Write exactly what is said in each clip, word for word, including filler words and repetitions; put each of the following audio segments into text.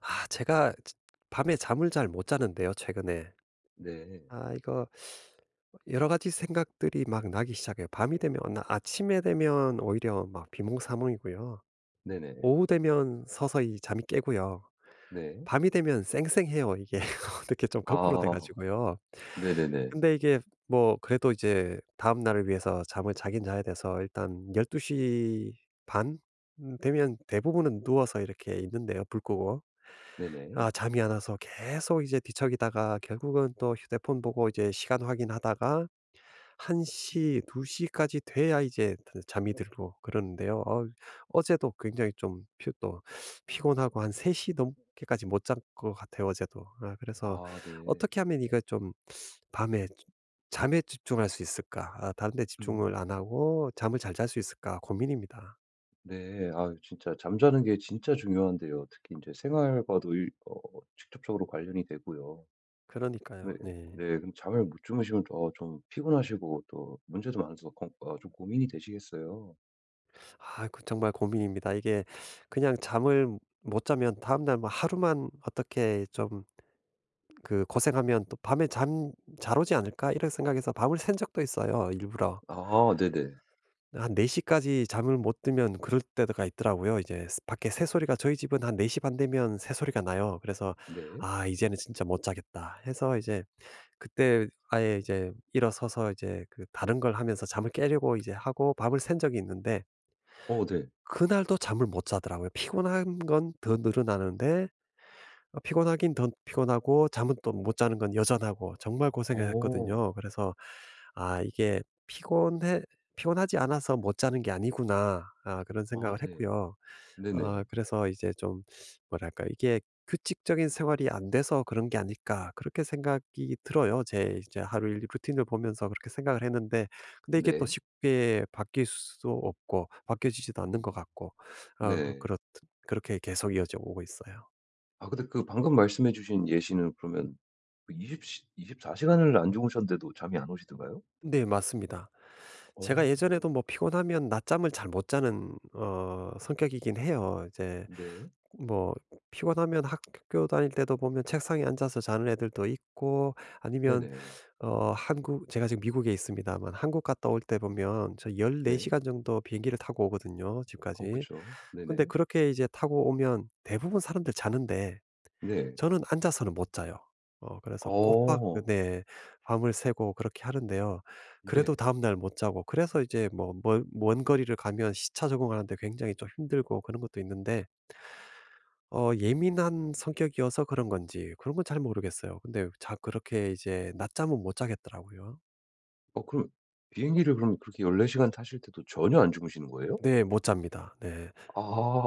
아 제가 지 밤에 잠을 잘 못 자는데요, 최근에. 네. 아 이거 여러 가지 생각들이 막 나기 시작해요. 밤이 되면 나 아침에 되면 오히려 막 비몽사몽이고요. 네네. 오후 되면 서서히 잠이 깨고요. 네. 밤이 되면 쌩쌩해요 이게. 어떻게 좀 거꾸로 돼 아. 가지고요. 네네네. 근데 이게 뭐 그래도 이제 다음 날을 위해서 잠을 자긴 자야 돼서 일단 일 두 시 반 음, 되면 대부분은 누워서 이렇게 있는데요, 불 끄고. 네네. 아 잠이 안 와서 계속 이제 뒤척이다가 결국은 또 휴대폰 보고 이제 시간 확인하다가 한 시, 두 시까지 돼야 이제 잠이 들고 그러는데요. 어 어제도 굉장히 좀 피 또 피곤하고 한 세 시 넘게까지 못 잔 것 같아요, 어제도. 아 그래서 아 네. '어떻게 하면 이거 좀 밤에 잠에 집중할 수 있을까? 아 다른 데 집중을 안 음. 하고 잠을 잘 잘 수 있을까?' 고민입니다. 네. 아유 진짜 잠자는 게 진짜 중요한데요. 특히 인제 생활과도 일 어 직접적으로 관련이 되고요. 네. 그러니까요. 네. 네. 그럼 잠을 못 주무시면 어 좀 피곤하시고 또 문제도 많아서 건 어 좀 고민이 되시겠어요. 아 그 정말 고민입니다. 이게 그냥 잠을 못 자면 다음날 뭐 하루만 어떻게 좀 그 고생하면 또 '밤에 잠 잘 오지 않을까?' 이런 생각에서 밤을 샌 적도 있어요, 일부러. 아 네네. 한 네 시까지 잠을 못 들면 그럴 때가 있더라고요. 이제 스 밖에 새소리가, 저희 집은 한 네 시 반 되면 새소리가 나요. 그래서 네. '아 이제는 진짜 못 자겠다.' 해서 이제 그때 아예 이제 일어서서 이제 그 다른 걸 하면서 잠을 깨려고 이제 하고 밤을 샌 적이 있는데 어 네. 그날도 잠을 못 자더라고요. 피곤한 건 더 늘어나는데 어 피곤하긴 더 피곤하고 잠은 또 못 자는 건 여전하고 정말 어. 고생했거든요. 그래서 '아 이게 피곤해 피곤하지 않아서 못 자는 게 아니구나.' 아 그런 아 생각을 네. 했고요. 네네. 아 그래서 이제 좀 뭐랄까 이게 '규칙적인 생활이 안 돼서 그런 게 아닐까.' 그렇게 생각이 들어요. 제 이제 하루 일 루틴을 보면서 그렇게 생각을 했는데, 근데 이게 또 네. 쉽게 바뀔 수도 없고 바뀌어지지도 않는 음. 것 같고 아 그 네. 그렇 그렇게 계속 이어져 오고 있어요. 아 근데 그 방금 말씀해 주신 예시는 그러면 그 이십 시 이십사 시간 시간을 안 주무셨는데도 잠이 안 오시던가요? 네, 맞습니다. 제가 어. 예전에도 뭐 피곤하면 낮잠을 잘 못 자는 어 성격이긴 해요. 이제 네. 뭐 피곤하면 학교 다닐 때도 보면 책상에 앉아서 자는 애들도 있고 아니면 네네. 어 한국, 제가 지금 미국에 있습니다만 한국 갔다 올 때 보면 저 네. 열네 시간 정도 비행기를 타고 오거든요, 어 집까지. 그쵸. 근데 네네. 그렇게 이제 타고 오면 대부분 사람들 자는데 네. 저는 앉아서는 못 자요. 어 그래서 꼬박, 어. 네, 밤을 새고 그렇게 하는데요. 그래도 네. 다음 날 못 자고, 그래서 이제 뭐 먼 먼 거리를 가면 시차 적응하는데 굉장히 좀 힘들고 그런 것도 있는데 어 예민한 성격이어서 그런 건지 그런 건 잘 모르겠어요. 근데 자 그렇게 이제 낮잠은 못 자겠더라고요. 어 그럼 비행기를 그럼 그렇게 14 시간 타실 때도 전혀 안 주무시는 거예요? 네, 못 잡니다. 네.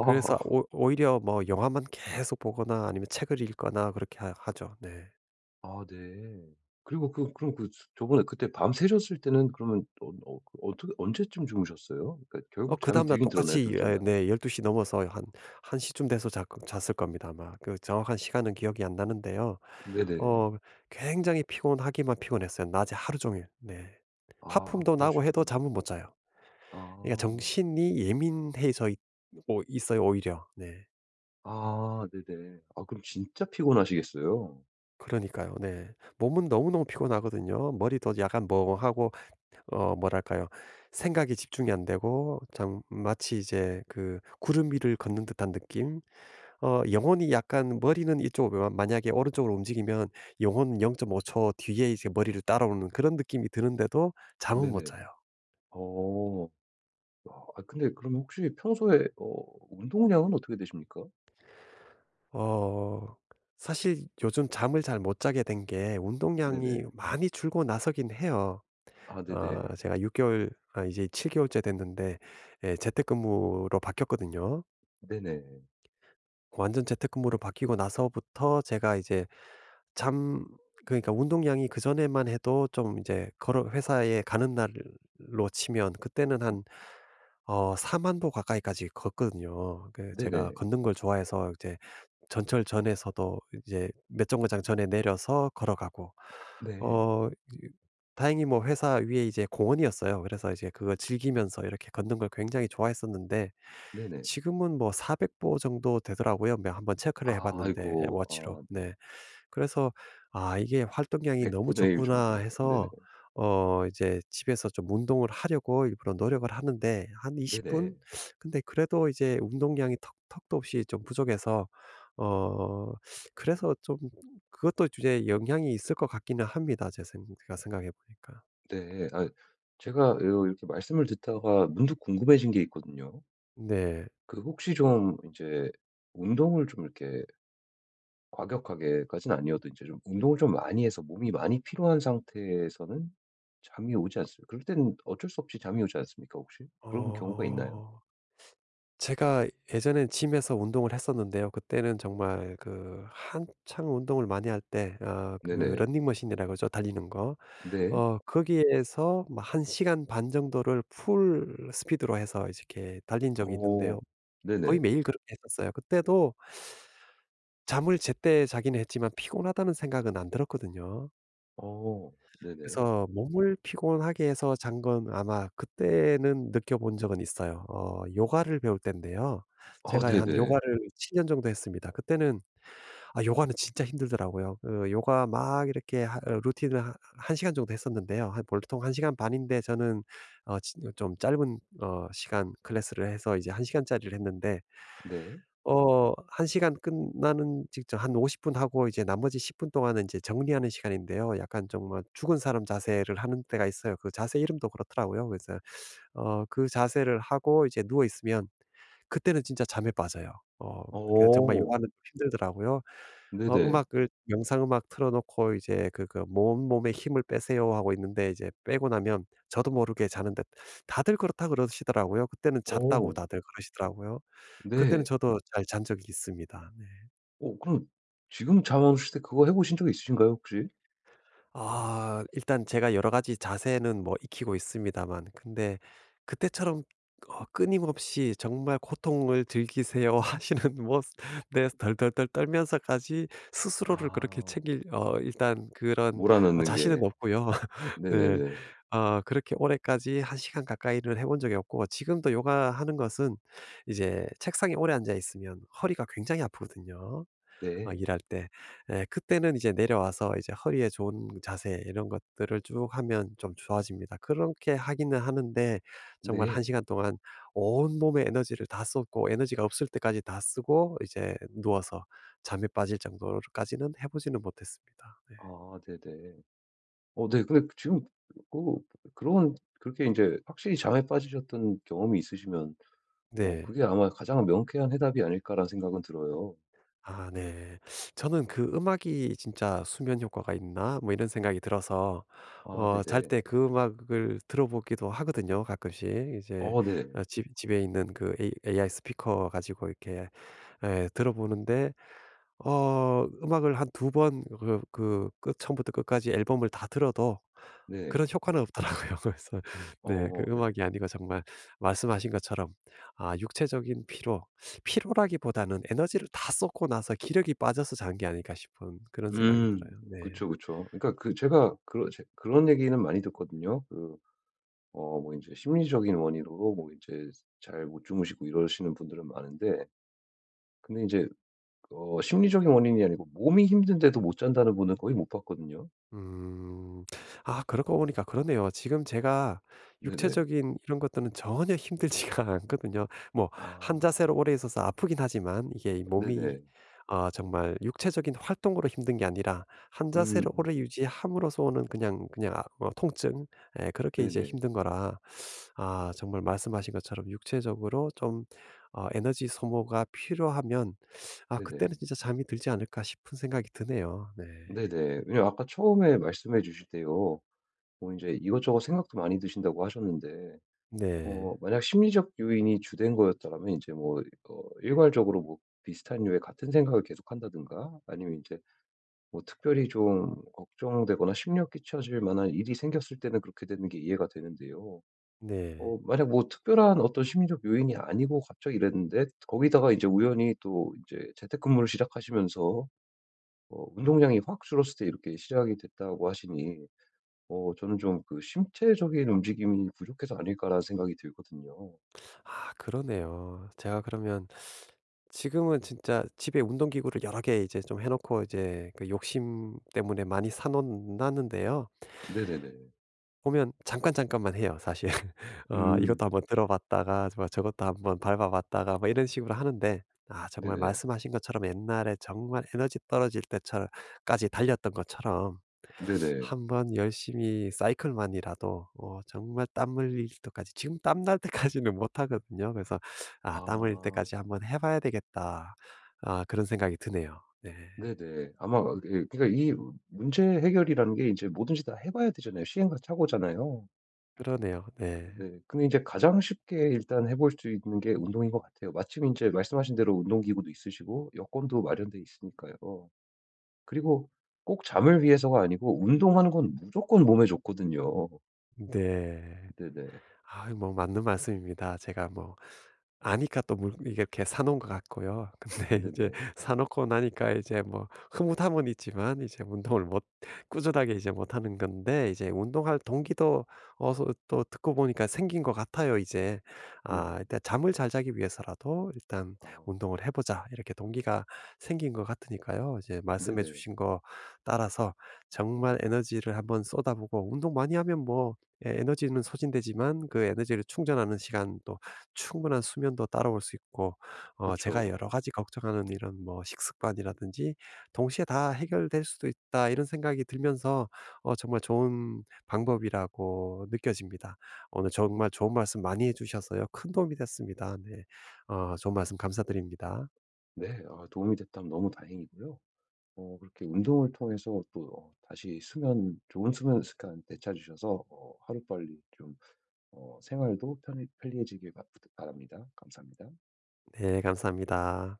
그래서 오 오히려 뭐 영화만 계속 보거나 아니면 책을 읽거나 그렇게 하 하죠. 네. 아 네. 그리고 그 그럼 그 수- 저번에 그때 밤새셨을 때는 그러면 언 어 그 어떻게 언제쯤 주무셨어요? 그러니까 어 결국 잠이 그다음 날 들긴 들었나요? 둘 똑같이 째 에, 날은? 네열두 시 넘어서 한 1 시쯤 돼서 잤 잤을 겁니다 아마. 그 정확한 시간은 기억이 안 나는데요. 네네. 어 굉장히 피곤하기만 피곤했어요, 낮에 하루 종일. 네. 아 하품도 나고 해도 그러시군요. 잠은 못 자요. 그러니까 아. 정신이 예민해져 있 어 있어요, 오히려. 네. 아 네네. 아 그럼 진짜 피곤하시겠어요. 그러니까요. 네. 몸은 너무너무 피곤하거든요. 머리도 약간 멍하고 어 뭐랄까요. 생각이 집중이 안 되고 참, 마치 이제 그 구름 위를 걷는 듯한 느낌? 어 영혼이 약간, 머리는 이쪽으로 만약에 오른쪽으로 움직이면 영혼은 영 점 오 초 뒤에 이제 머리를 따라오는 그런 느낌이 드는데도 잠은 못 네네. 자요. 어. 아 근데 그럼 혹시 평소에 어 운동량은 어떻게 되십니까? 어 사실 요즘 잠을 잘 못 자게 된 게 네네. 운동량이 많이 줄고 나서긴 해요. 아 네네. 어 제가 육 개월, 아 이제 칠 개월째 됐는데 예, 재택근무로 바뀌었거든요. 네네. 완전 재택근무로 바뀌고 나서부터 제가 이제 잠 그러니까 운동량이, 그전에만 해도 좀 이제 걸어 회사에 가는 날로 치면 그때는 한 어사만 보 가까이까지 걷거든요. 그 제가 네네. 걷는 걸 좋아해서 이제 전철 전에서도 이제 몇 정거장 전에 내려서 걸어가고, 네. 어 이 다행히 뭐 회사 위에 이제 공원이었어요. 그래서 이제 그거 즐기면서 이렇게 걷는 걸 굉장히 좋아했었는데 네네. 지금은 뭐 사백 보 정도 되더라고요. 뭐 한번 체크를 해 아 봤는데, 아이고. 워치로. 아 네. 네. 그래서 '아 이게 활동량이 너무 분의 일 적구나.' 정도. 네네. 해서 어 이제 집에서 좀 운동을 하려고 일부러 노력을 하는데 한 이십 분? 네네. 근데 그래도 이제 운동량이 턱 턱도 없이 좀 부족해서 어 그래서 좀, 그것도 이제 영향이 있을 것 같기는 합니다, 제 생 제가 생각해 보니까. 네. 아 제가 요 이렇게 말씀을 듣다가 문득 궁금해진 게 있거든요. 네. 그 혹시 좀 이제 운동을 좀 이렇게 과격하게까지는 아니어도 이제 좀 운동을 좀 많이 해서 몸이 많이 피로한 상태에서는 잠이 오지 않습니다. 그럴 때는 어쩔 수 없이 잠이 오지 않습니까 혹시? 그런 경우가 있나요? 어 제가 예전엔 짐에서 운동을 했었는데요. 그때는 정말 그 한창 운동을 많이 할 때, 아 그 네네. 러닝머신이라 그러죠, 달리는 거. 네. 어 거기에서 막 시간 반 정도를 풀 스피드로 해서 이렇게 달린 적이 어. 있는데요. 거의 네네. 매일 그렇게 했었어요. 그때도 잠을 제때 자기는 했지만 피곤하다는 생각은 안 들었거든요. 어. 네네. 그래서 몸을 피곤하게 해서 잔 건 아마 그때는 느껴본 적은 있어요. 어 요가를 배울 때인데요. 아 제가 한 네네. 요가를 칠 년 정도 했습니다. 그때는, 아 요가는 진짜 힘들더라고요. 그 요가 막 이렇게 하 어 루틴을 하 한 시간 정도 했었는데요. 한 보통 한 시간 반인데 저는 어 지- 좀 짧은 어 시간 클래스를 해서 이제 한 시간짜리를 했는데, 네. 어 한 시간 끝나는 직전 한 오십 분 하고 이제 나머지 십 분 동안은 이제 정리하는 시간인데요. 약간 정말 죽은 사람 자세를 하는 때가 있어요. 그 자세 이름도 그렇더라고요. 그래서 어 그 자세를 하고 이제 누워 있으면 그때는 진짜 잠에 빠져요. 어 그 정말 어. 요가는 좀 힘들더라고요. 어 네네. 음악을, 영상 음악 틀어 놓고 이제 그그몸 몸에 힘을 빼세요." 하고 있는데 이제 빼고 나면 저도 모르게 자는데 다들 그렇다 그러시더라고요. 그때는 잤다고 어. 다들 그러시더라고요. 그때는 네. 저도 잘 잔 적이 있습니다. 네. 어 그럼 지금 잠 안 오실 때 그거 해 보신 적 있으신가요 혹시? 아 일단 제가 여러 가지 자세는 뭐 익히고 있습니다만, 근데 그때처럼 어 끊임없이 "정말 고통을 즐기세요." 하시는 모습, 네, 덜덜덜 떨면서까지 스스로를 그렇게 아. 챙길, 어 일단 그런, 어 몰아넣는 자신은 게. 없고요. 네. 네네네. 어, 그렇게 오래까지 한 시간 가까이를 해 본 적이 없고, 지금도 요가하는 것은 이제 책상에 오래 앉아 있으면 허리가 굉장히 아프거든요. 어 네. 일할 때. 예, 그때는 이제 내려와서 이제 허리에 좋은 자세 이런 것들을 쭉 하면 좀 좋아집니다. 그렇게 하기는 하는데 정말 한 네. 시간 동안 온몸에 에너지를 다 쏟고 에너지가 없을 때까지 다 쓰고 이제 누워서 잠에 빠질 정도로까지는 해 보지는 못했습니다. 네. 아 네네. 어 네. 근데 그 지금 그 그런 그렇게 인제 확실히 잠에 빠지셨던 경험이 있으시면 어 네. 그게 아마 가장 명쾌한 해답이 아닐까라는 생각은 들어요. 아, 네. 저는 그 '음악이 진짜 수면 효과가 있나?' 뭐 이런 생각이 들어서 아 어 잘 네네. 때 그 음악을 들어 보기도 하거든요, 가끔씩. 이제 어 네. 어 집 집에 있는 그 에이 AI 스피커 가지고 이렇게 예, 들어 보는데 어 음악을 한 두 번, 그 그 끝 처음부터 끝까지 앨범을 다 들어도 그런 네. 효과는 없더라고요. 그래서 어 네, 그 어, 네네. 음악이 아니고 정말 말씀하신 것처럼, 아 육체적인 피로, 피로라기보다는 에너지를 다 쏟고 나서 기력이 빠져서 잔 게 아닐까 싶은 그런 생각이 음. 들어요. 네. 그쵸, 그쵸. 그러니까 그 제가 그런 제 그런 얘기는 많이 듣거든요. 그 어 뭐 인제 심리적인 원인으로 뭐 인제 잘 못 주무시고 이러시는 분들은 많은데, 근데 인제 어 심리적인 원인이 아니고 몸이 힘든데도 못 잔다는 분은 거의 못 봤거든요. 음. 아 그러고 보니까 그러네요. 지금 제가 네네. 육체적인 이런 것들은 전혀 힘들지가 않거든요. 뭐 한 아 자세로 오래 있어서 아프긴 하지만 이게 이 몸이, 네네. 아 정말 육체적인 활동으로 힘든 게 아니라 한 음. 자세를 음. 오래 유지함으로써 오는 그냥, 그냥 아 어 통증, 예, 그렇게 이제 네네. 힘든 거라, 아 정말 말씀하신 것처럼 육체적으로 좀, 어 에너지 소모가 필요하면 아 그때는 네네. 진짜 잠이 들지 않을까 싶은 생각이 드네요. 네. 네네. 왜냐면 아까 처음에 말씀해 주실 때요. 뭐 이제 이것저것 생각도 많이 드신다고 하셨는데 어 네. 만약 심리적 요인이 주된 거였더라면 이제 뭐 어 일괄적으로 뭐 비슷한 류의 같은 생각을 계속한다든가 아니면 이제 뭐 특별히 좀 걱정되거나 심려 끼쳐질 만한 일이 생겼을 때는 그렇게 되는 게 이해가 되는데요. 네. 어 만약 뭐 특별한 어떤 심리적 요인이 아니고 갑자기 이랬는데 거기다가 이제 우연히 또 이제 재택근무를 시작하시면서 어 운동량이 확 줄었을 때 이렇게 시작이 됐다고 하시니 어 저는 좀 그 '신체적인 움직임이 부족해서 아닐까.'라는 생각이 들거든요. 아 그러네요. 제가 그러면 지금은 진짜 집에 운동기구를 여러 개 이제 좀 해 놓고 이제 그 욕심 때문에 많이 사 놓 놨는데요. 네네네. 보면 잠깐 잠깐만 해요, 사실. 어 음. 이것도 한번 들어 봤다가 뭐 저것도 한번 밟아 봤다가 뭐 이런 식으로 하는데, 아 정말 네네. 말씀하신 것처럼 옛날에 정말 에너지 떨어질 때처럼, 까지 달렸던 것처럼 네네. 한번 열심히 사이클만이라도 어 정말 땀 흘릴 때까지, 지금 땀날 때까지는 못 하거든요. 그래서 '아 땀 흘릴 아. 때까지 한번 해 봐야 되겠다.' 아 그런 생각이 드네요. 네. 네네. 아마 그, 예 그러니까 이 문제 해결이라는 게 이제 뭐든지 다 해 봐야 되잖아요. 시행착오잖아요. 그러네요. 네. 네. 근데 이제 가장 쉽게 일단 해볼 수 있는 게 운동인 것 같아요. 마침 이제 말씀하신 대로 운동기구도 있으시고 여건도 마련돼 있으니까요. 그리고 꼭 잠을 위해서가 아니고 운동하는 건 무조건 몸에 좋거든요. 네. 네네. 아 뭐 맞는 말씀입니다. 제가 뭐 아니까 또 물 이게 이렇게 사 놓은 것 같고요. 근데 이제 네네. 사 놓고 나니까 이제 뭐 흐뭇함은 있지만 이제 운동을 못, 꾸준하게 이제 못하는 건데 이제 운동할 동기도 어서, 또 듣고 보니까 생긴 것 같아요 이제. 아 네네. 일단 '잠을 잘 자기 위해서라도 일단 아 운동을 해 보자.' 이렇게 동기가 생긴 것 같으니까요. 이제 말씀해 네네. 주신 거 따라서 정말 에너지를 한번 쏟아보고 운동 많이 하면 뭐 예, 에너지는 소진되지만 그 에너지를 충전하는 시간 또 충분한 수면도 따라올 수 있고, 어 제가 그쵸. 여러 가지 걱정하는 이런 뭐 식습관이라든지, '동시에 다 해결될 수도 있다.' 이런 생각이 들면서 어 정말 좋은 방법이라고 느껴집니다. 오늘 정말 좋은 말씀 많이 해 주셔서요, 큰 도움이 됐습니다. 네. 어 좋은 말씀 감사드립니다. 네. 아 도움이 됐다면 너무 다행이고요. 어 그렇게 운동을 통해서 또 어 다시 수면 좋은 수면 습관 되찾으셔서 어 하루빨리 좀 어 생활도 편리 편리해지길 바 부탁 바랍니다. 감사합니다. 네, 감사합니다.